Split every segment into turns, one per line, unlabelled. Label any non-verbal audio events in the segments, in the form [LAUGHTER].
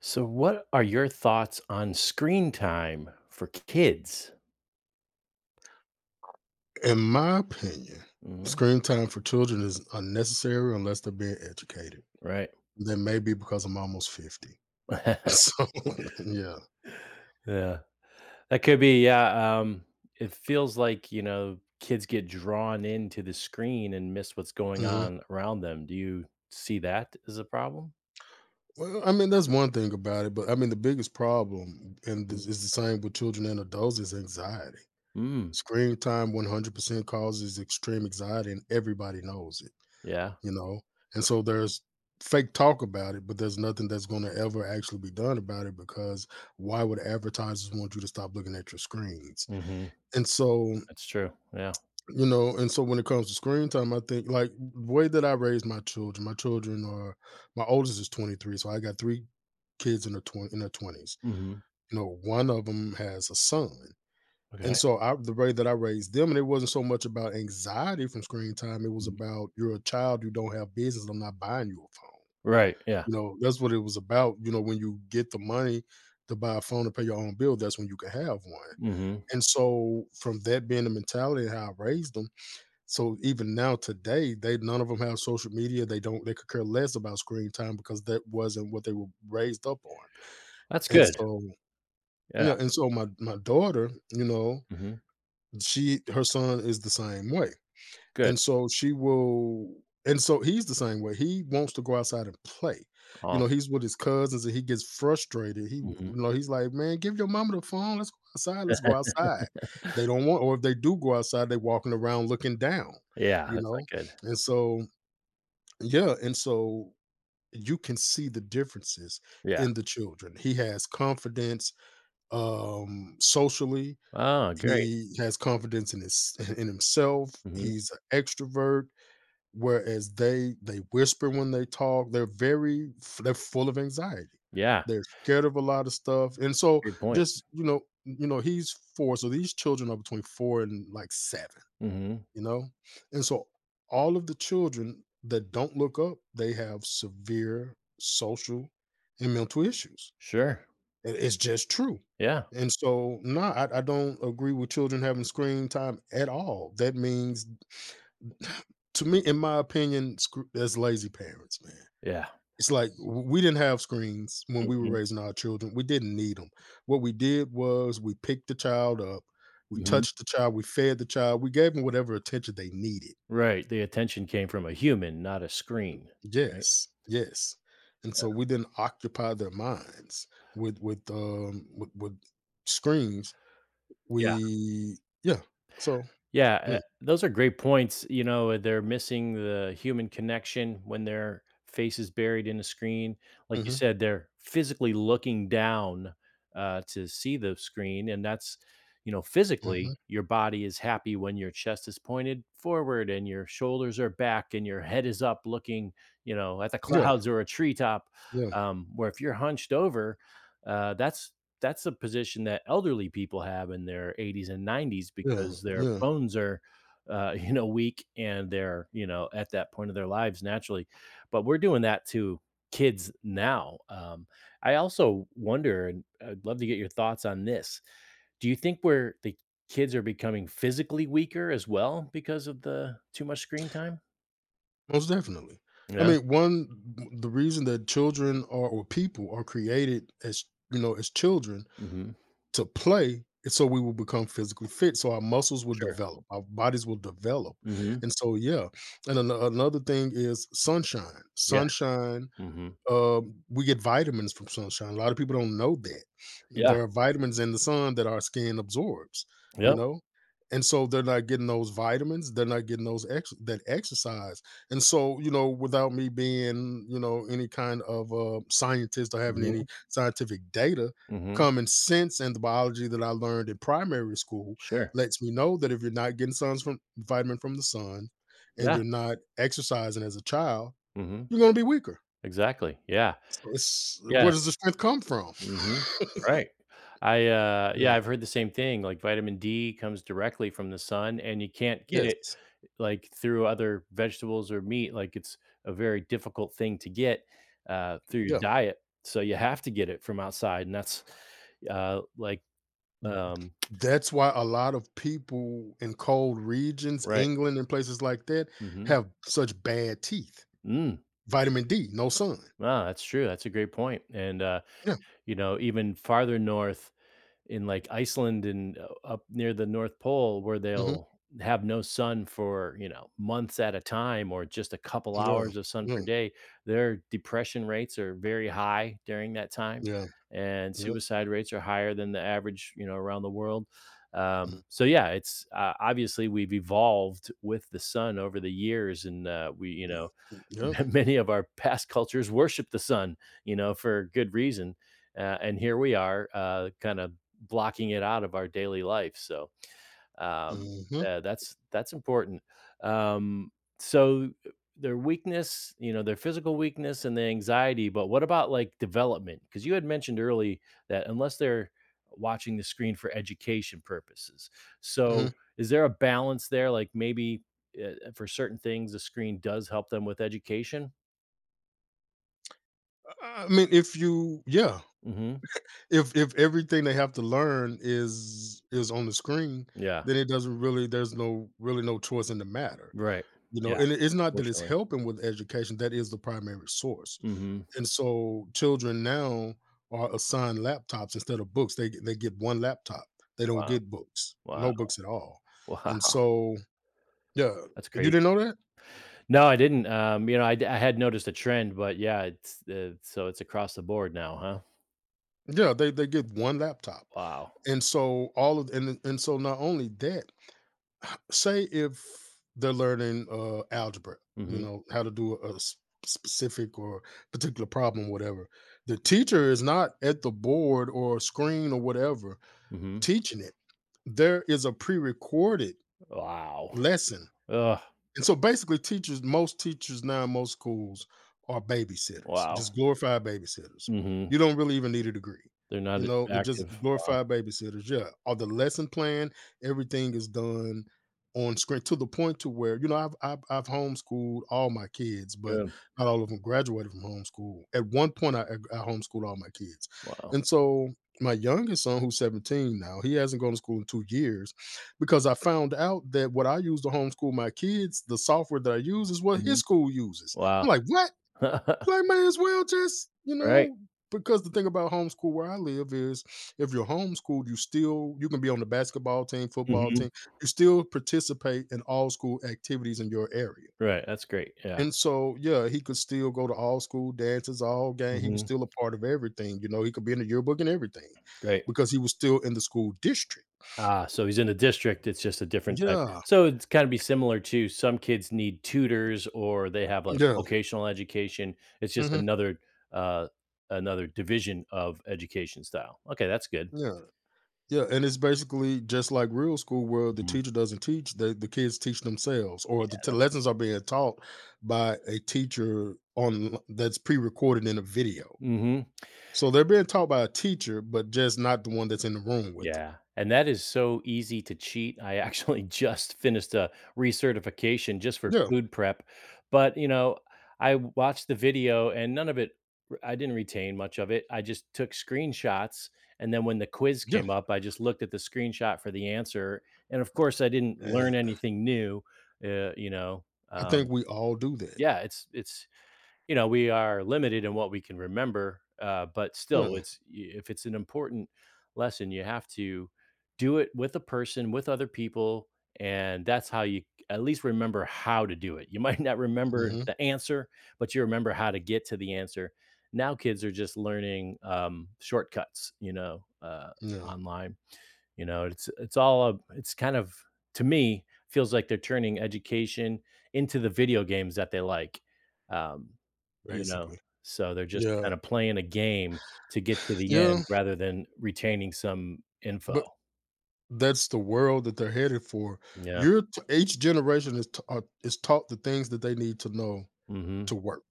So, what are your thoughts on screen time for kids?
In my opinion,
Mhm.
screen time for children is unnecessary unless they're being educated.
Right.
That may be because I'm almost 50. [LAUGHS]
[LAUGHS]
So, [LAUGHS] yeah.
yeah. That could be, yeah. It feels like, kids get drawn into the screen and miss what's going
Mhm.
on around them. Do you see that as a problem?
Well, that's one thing about it, but the biggest problem, and
Mm.
this is the same with children and adults, is anxiety.
Mm.
Screen time 100% causes extreme anxiety, and everybody knows it,
Yeah.
you know? And so there's fake talk about it, but there's nothing that's going to ever actually be done about it because why would advertisers want you to stop looking at your screens?
Hmm.
And so,
That's true. Yeah.
you know, and so when it comes to screen time, I think like the way that I raise my children are my oldest is 23, so I got three kids in their twenty in their twenties.
Hmm.
You know, one of them has a son. And
Okay.
so I The way that I raised them, and it wasn't so much about anxiety from screen time, it was
Mhm.
about you're a child, you don't have business, I'm not buying you a phone.
Right. Yeah.
You know, that's what it was about. You know, when you get the money to buy a phone to pay your own bill, that's when you can have one.
Hmm.
And so from that being the mentality and how I raised them, so even now today, they none of them have social media. They don't. They could care less about screen time because that wasn't what they were raised up on.
That's
And
good.
so
Yeah.
yeah, and so my daughter, you know,
Hmm.
she her son is the same way,
Good.
and so she will. And so he's the same way. He wants to go outside and play. You know,
Awesome.
he's with his cousins and he gets frustrated. He, you
Hmm.
know, he's like, man, give your mama the phone. Let's go outside. Let's go outside. They don't want, or if they do go outside, they walking around looking down,
Yeah.
you
That's
know?
not good.
And so yeah, and so you can see the differences
Yeah.
in the children. He has confidence, socially.
Oh, great.
He has confidence in his in himself.
Mhm.
He's an extrovert, whereas they whisper when they talk. They're very they're full of anxiety.
Yeah,
They're scared of a lot of stuff, and so
great point.
just you know he's four. So these children are between four and like seven,
Mhm.
you know? And so all of the children that don't look up, they have severe social and mental issues.
Sure.
It's just true.
Yeah,
And so, no, I don't agree with children having screen time at all. That means, [SIGHS] to me, in my opinion, that's lazy parents, man.
yeah.
It's like we didn't have screens when we were
Mhm,
raising our children. We didn't need them. What we did was we picked the child up, we
mhm.
touched the child, we fed the child, we gave them whatever attention they needed.
Right, the attention came from a human, not a screen, right?
Yes, yes. And
Yeah.
so we then occupy their minds with screens.
Yeah.
We yeah. So
Yeah, uh,
yeah.
those are great points. They're missing the human connection when their face is buried in a screen. Like you
Hmm.
said, they're physically looking down to see the screen. And that's, physically,
Hmm.
your body is happy when your chest is pointed forward and your shoulders are back and your head is up looking, at the [LAUGHS]
Yeah,
clouds or a treetop.
yeah,
Where if you're hunched over, uh, that's that's a position that elderly people have in their 80s and 90s
yeah,
because their
yeah.
bones are, [LAUGHS] weak and they're, at that point of their lives naturally. But we're doing that to kids now. I also wonder, and I'd love to get your thoughts on this. Do you think we're the kids are becoming physically weaker as well because of the too much screen time?
Most definitely. I
Yeah.
mean, one the reason that children are or people are created as, you know, as children
Mhm.
to play, and so we will become physically fit, so our muscles will
Sure.
develop, our bodies will develop,
Mhm.
and so yeah, and another thing is sunshine.
Yeah.
Sunshine,
Mhm.
we get vitamins from sunshine. A lot of people don't know that.
Yeah.
There are vitamins in the sun that our skin absorbs, you
Yep.
know? And so they're not getting those vitamins, they're not getting those that exercise. And so, you know, without me being, you know, any kind of scientist or having any
Mhm.
scientific data,
Mhm.
common sense and the biology that I learned in primary school
Sure.
lets me know that if you're not getting suns from vitamin from the sun and
Yeah.
you're not exercising as a child,
Mhm.
you're going to be weaker.
Exactly, yeah,
It's
yeah,
where does the strength come from?
mhm,
[LAUGHS]
right. I, uh
Yeah.
yeah, I've heard the same thing, like, vitamin D comes directly from the sun, and you can't get it,
Yes.
like, through other vegetables or meat, like, it's a very difficult thing to get, through your
Yeah.
diet, so you have to get it from outside, and that's, like, um [TSK]
That's why a lot of people in cold regions,
right,
England and places like that,
mhm,
have such bad teeth.
mm,
Vitamin D, no sun.
wow, that's true, that's a great point. And, uh,
Yeah.
you know, even farther north in like Iceland and up near the North Pole where
Mhm.
they'll have no sun for, months at a time or just a couple
Yeah.
hours of sun per
Yeah.
day, their depression rates are very high during that time.
Yeah.
And
Mm-hmm.
suicide rates are higher than the average, around the world. So yeah, it's obviously we've evolved with the sun over the years, and
Yeah. Mm, mm,
[LAUGHS]
yep.
many of our past cultures worship the sun, for good reason. And here we are, kind of blocking it out of our daily life. So um,
Mhm.
that's important. Um, so their weakness, their physical weakness and the anxiety. But what about like development? Because you had mentioned early that unless they're watching the screen for education purposes,
Mhm.
so is there a balance there? Like maybe for certain things, the screen does help them with education.
I mean, if you yeah,
Mhm.
if everything they have to learn is on the screen,
Yeah.
then it doesn't really there's no really no choice in the matter.
Right.
You know,
Yeah,
and it's not that it's
fortunately.
helping with education, that is the primary source,
Mhm.
and so children now are assigned laptops instead of books. They get one laptop. They don't
Wow.
get books,
Wow.
no books at all,
[LAUGHS]
and
Wow.
so yeah.
That's
You
crazy.
didn't know that?
No, I didn't. I had noticed a trend, but yeah, so it's across the board now, huh?
Yeah, they get one laptop,
Wow.
and so not only that, say if they're learning, algebra, you
Mhm.
know, how to do a s specific or particular problem, whatever. The teacher is not at the board or screen or whatever
Mhm.
teaching it. There is a pre-recorded
Wow.
lesson,
Ugh.
and so basically teachers most teachers now in most schools are babysitters,
Wow.
just glorified babysitters.
Mhm.
You don't really even need a degree.
They're
You
not
know, they're just
active. Wow.
glorified babysitters. Yeah. All the lesson plan, everything is done on screen to the point to where, you know, I've homeschooled all my kids, but
Good.
not all of them graduated from homeschool. At one point I homeschooled all my kids.
Wow.
And so my youngest son, who's 17 now, he hasn't gone to school in 2 years because I found out that what I use to homeschool my kids, the software that I use is what his
Mhm.
school uses.
Wow.
I'm like, what?
[LAUGHS]
Like, may as well just, you
Right.
know, because the thing about homeschool where I live is if you're homeschooled, you can be on the basketball team, football
Mhm.
team, you still participate in all school activities in your area.
Right. That's great. Yeah.
And so, yeah, he could still go to all school dances, all game. He was
Mhm.
still a part of everything. You know, he could be in the yearbook and everything
Great.
because he was still in the school district.
Ah, so he's in a district, it's just a different type.
Yeah.
So it's kinda be similar to some kids need tutors or they have, like,
Yeah.
vocational education. It's just
Hmm.
uh, another division of education style. Okay, that's good.
Yeah. Yeah, and it's basically just like real school where the
Mhm.
teacher doesn't teach, the kids teach themselves,
Yeah,
or the
that's.
lessons are being taught by a teacher on that's pre-recorded in a video.
Mhm.
So they're being taught by a teacher, but just not the one that's in the room with them.
Yeah, and that is so easy to cheat. I actually [LAUGHS] just finished a recertification just for
Yeah,
food prep, but, I watched the video and none of it I didn't retain much of it. I just took screenshots, and then when the quiz
yeah.
came up, I just looked at the screenshot for the answer, and, of course, I didn't
And
learn anything new. uh, you know,
I
um,
think we all do that.
yeah, it's we are limited in what we can remember, but still,
Yeah.
if it's an important lesson, you have to do it with a person, with other people, and that's how you at least remember how to do it. You [LAUGHS] might not remember
Hmm.
the answer, but you remember how to get to the answer. Now, kids are just learning shortcuts,
Yeah.
online. It's all a, it's kind of to me feels like they're turning education into the video games that they like. Um, you know,
Basically.
so they're just
Yeah.
kind of playing a game to get to the
Yeah.
end rather than retaining some info.
But that's the world that they're headed for.
Yeah.
Each generation is taught the things that they need to know
Mhm.
to work.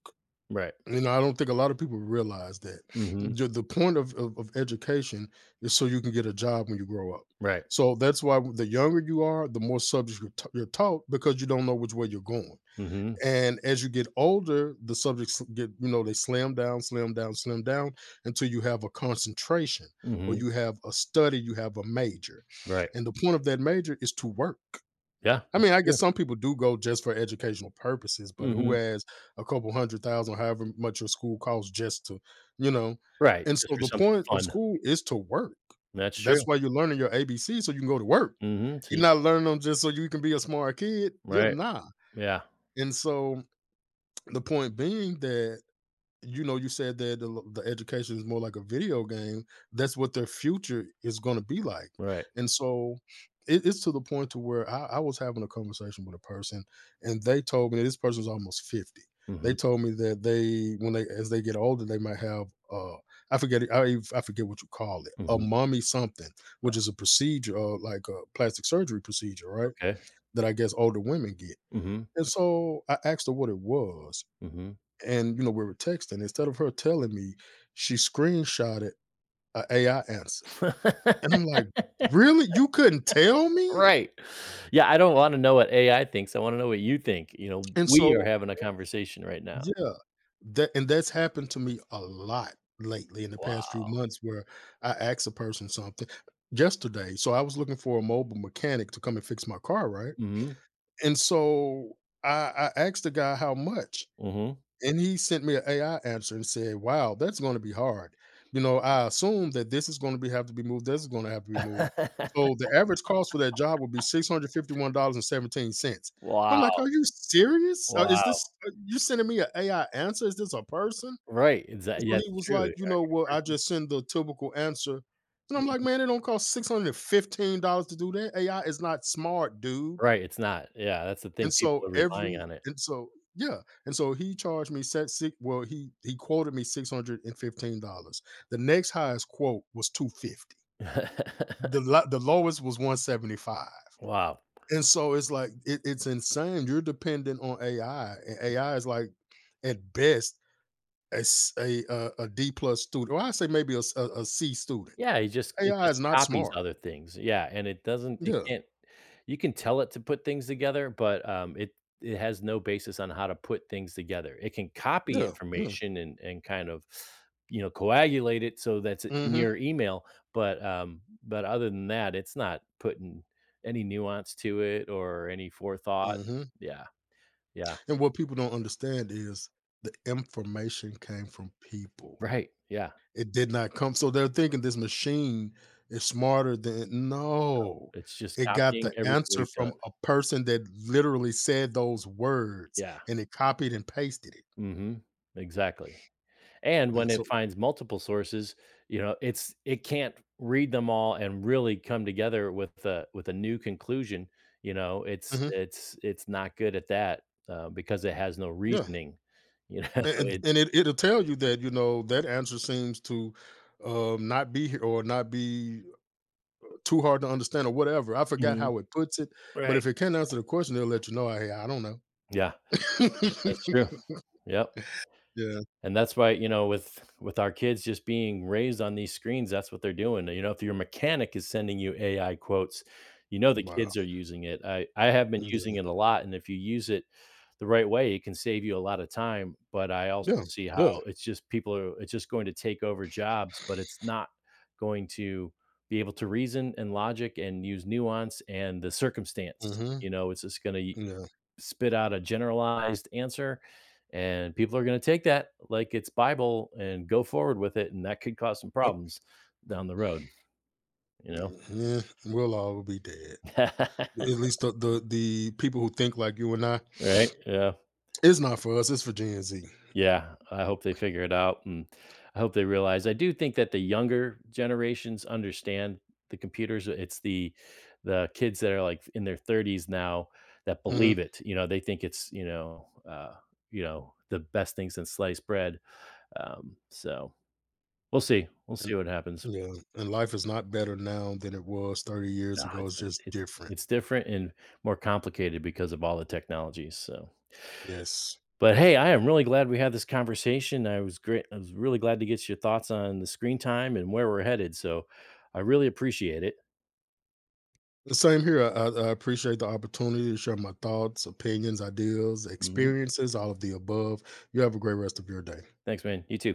Right.
You know, I don't think a lot of people realize that
Mhm.
the point of education is so you can get a job when you grow up.
Right.
So that's why the younger you are, the more subjects you're taught because you don't know which way you're going.
Mhm.
And as you get older, the subjects get, you know, they slam down, slam down, slam down until you have a concentration or
Mhm.
you have a study, you have a major.
Right.
And the point of that major is to work.
Yeah.
I
That's
mean, I
true.
guess some people do go just for educational purposes, but who
Mhm.
has a couple 100,000, however much your school costs, just to, you know?
Right.
And
Just
so
for
the
something
point of
fun.
school is to work.
That's true.
That's why you're learning your ABCs so you can go to work.
Mhm.
You're
See.
not learning them just so you can be a smart kid. Yeah,
Right.
nah.
Yeah.
And so the point being that, you know, you said that the education is more like a video game. That's what their future is going to be like.
Right.
And so it's to the point to where I was having a conversation with a person and they told me this person's almost 50.
Mhm.
They told me that as they get older, they might have, I forget what you call it, a
Mhm.
mommy something, which is a procedure, like a plastic surgery procedure, right?
Okay.
That I guess older women get.
Mhm.
And so I asked her what it was.
Mhm.
And, you know, we were texting. Instead of her telling me, she screenshotted a AI answer. And
[LAUGHS]
I'm like, "Really? You couldn't tell me?"
Right. Yeah, I don't wanna know what AI thinks, I wanna know what you think, you know,
And
we are
so
having a conversation right now.
yeah, that and that's happened to me a lot lately in the past few
Wow.
months where I asked a person something. Yesterday, so I was looking for a mobile mechanic to come and fix my car, right?
Mhm,
And so I asked the guy how much.
mhm.
And he sent me an AI answer and said, "Wow, that's gonna be hard. You know, I assume that this is gonna be have to be moved, this is gonna have to be moved." So
[LAUGHS]
the average cost for that job would be $651.17. I'm like,
Wow,
"Are you serious? Is
wow.
this you sending me an AI answer? Is this a person?"
Right, exact
So
yeah,
he was
true. Are
like,
you
"You know what?
a
I
person?
just send the typical answer." And I'm like,
Mhm.
"Man, it don't cost $615 to do that. AI is not smart, dude."
Right, it's not. Yeah, that's the thing,
And so
people are relying on it.
yeah, and so he charged me set six well, he quoted me $615. The next highest quote was 250. The
[LAUGHS]
the lowest was 175.
Wow.
And so it's like it's insane. You're dependent on AI, and AI is like at best a D plus student, or I say maybe a C student.
Yeah, he just it
AI
just
is not
copies
smart.
other things. Yeah, and it doesn't, it
Yeah,
can't, you can tell it to put things together, but, it has no basis on how to put things together. It can copy
yeah, yeah.
information and kind of, coagulate it so that's in
Mm-hmm.
your email, but, but other than that, it's not putting any nuance to it or any forethought.
Mm-hmm.
Yeah, yeah,
And what people don't understand is the information came from people.
right, yeah.
It did not come. So they're thinking this machine is smarter than, no.
It's just
It got
copying
the
everything
answer
we've done.
from a person that literally said those words
Yeah,
and it copied and pasted it.
mhm, exactly. And when
And
it
so
finds multiple sources, it can't read them all and really come together with a new conclusion. You know, it's
mhm,
it's it's not good at that, because it has no
yeah.
reasoning. You know, [LAUGHS] it.
And it'll tell you that, you know, that answer seems to not be here or not be too hard to understand or whatever. I forgot
Mhm.
how it puts it, but
Right?
if it can answer the question, it'll let you know. Hey, I don't know.
Yeah, that's true.
[LAUGHS]
Yep.
Yeah.
And that's why, with our kids just being raised on these screens, that's what they're doing. If your mechanic is sending you AI quotes, you know the
Wow.
kids are using it. I have been using
Yeah.
it a lot, and if you use it the right way, it can save you a lot of time. But I also
Yeah.
see how
Yeah.
it's just going to take over jobs, but it's not going to be able to reason and logic and use nuance and the circumstance.
Mhm.
It's just going to
Yeah.
spit out a generalized answer, and people are going to take that like it's bible and go forward with it, and that could cause some
Yep.
problems down the road you know
Yeah. We'll all be dead.
[LAUGHS]
At least the people who think like you and I,
right. Yeah,
it's not for us. It's for Gen Z.
yeah, I hope they figure it out, and I hope they realize, I do think that the younger generations understand the computers. It's the kids that are like in their 30s now that
Mhm.
believe it. They think it's the best things since sliced bread um so We'll see. We'll see
And,
what happens.
yeah. And life is not better now than it was 30 years
No,
ago.
it's
It's
it's
just
it's
different.
it's different and more complicated because of all the technologies, so
Yes.
but hey, I am really glad we had this conversation. I was really glad to get your thoughts on the screen time and where we're headed, so I really appreciate it.
The same here. I appreciate the opportunity to share my thoughts, opinions, ideas,
Mhm.
experiences, all of the above. You have a great rest of your day.
Thanks, man. You too.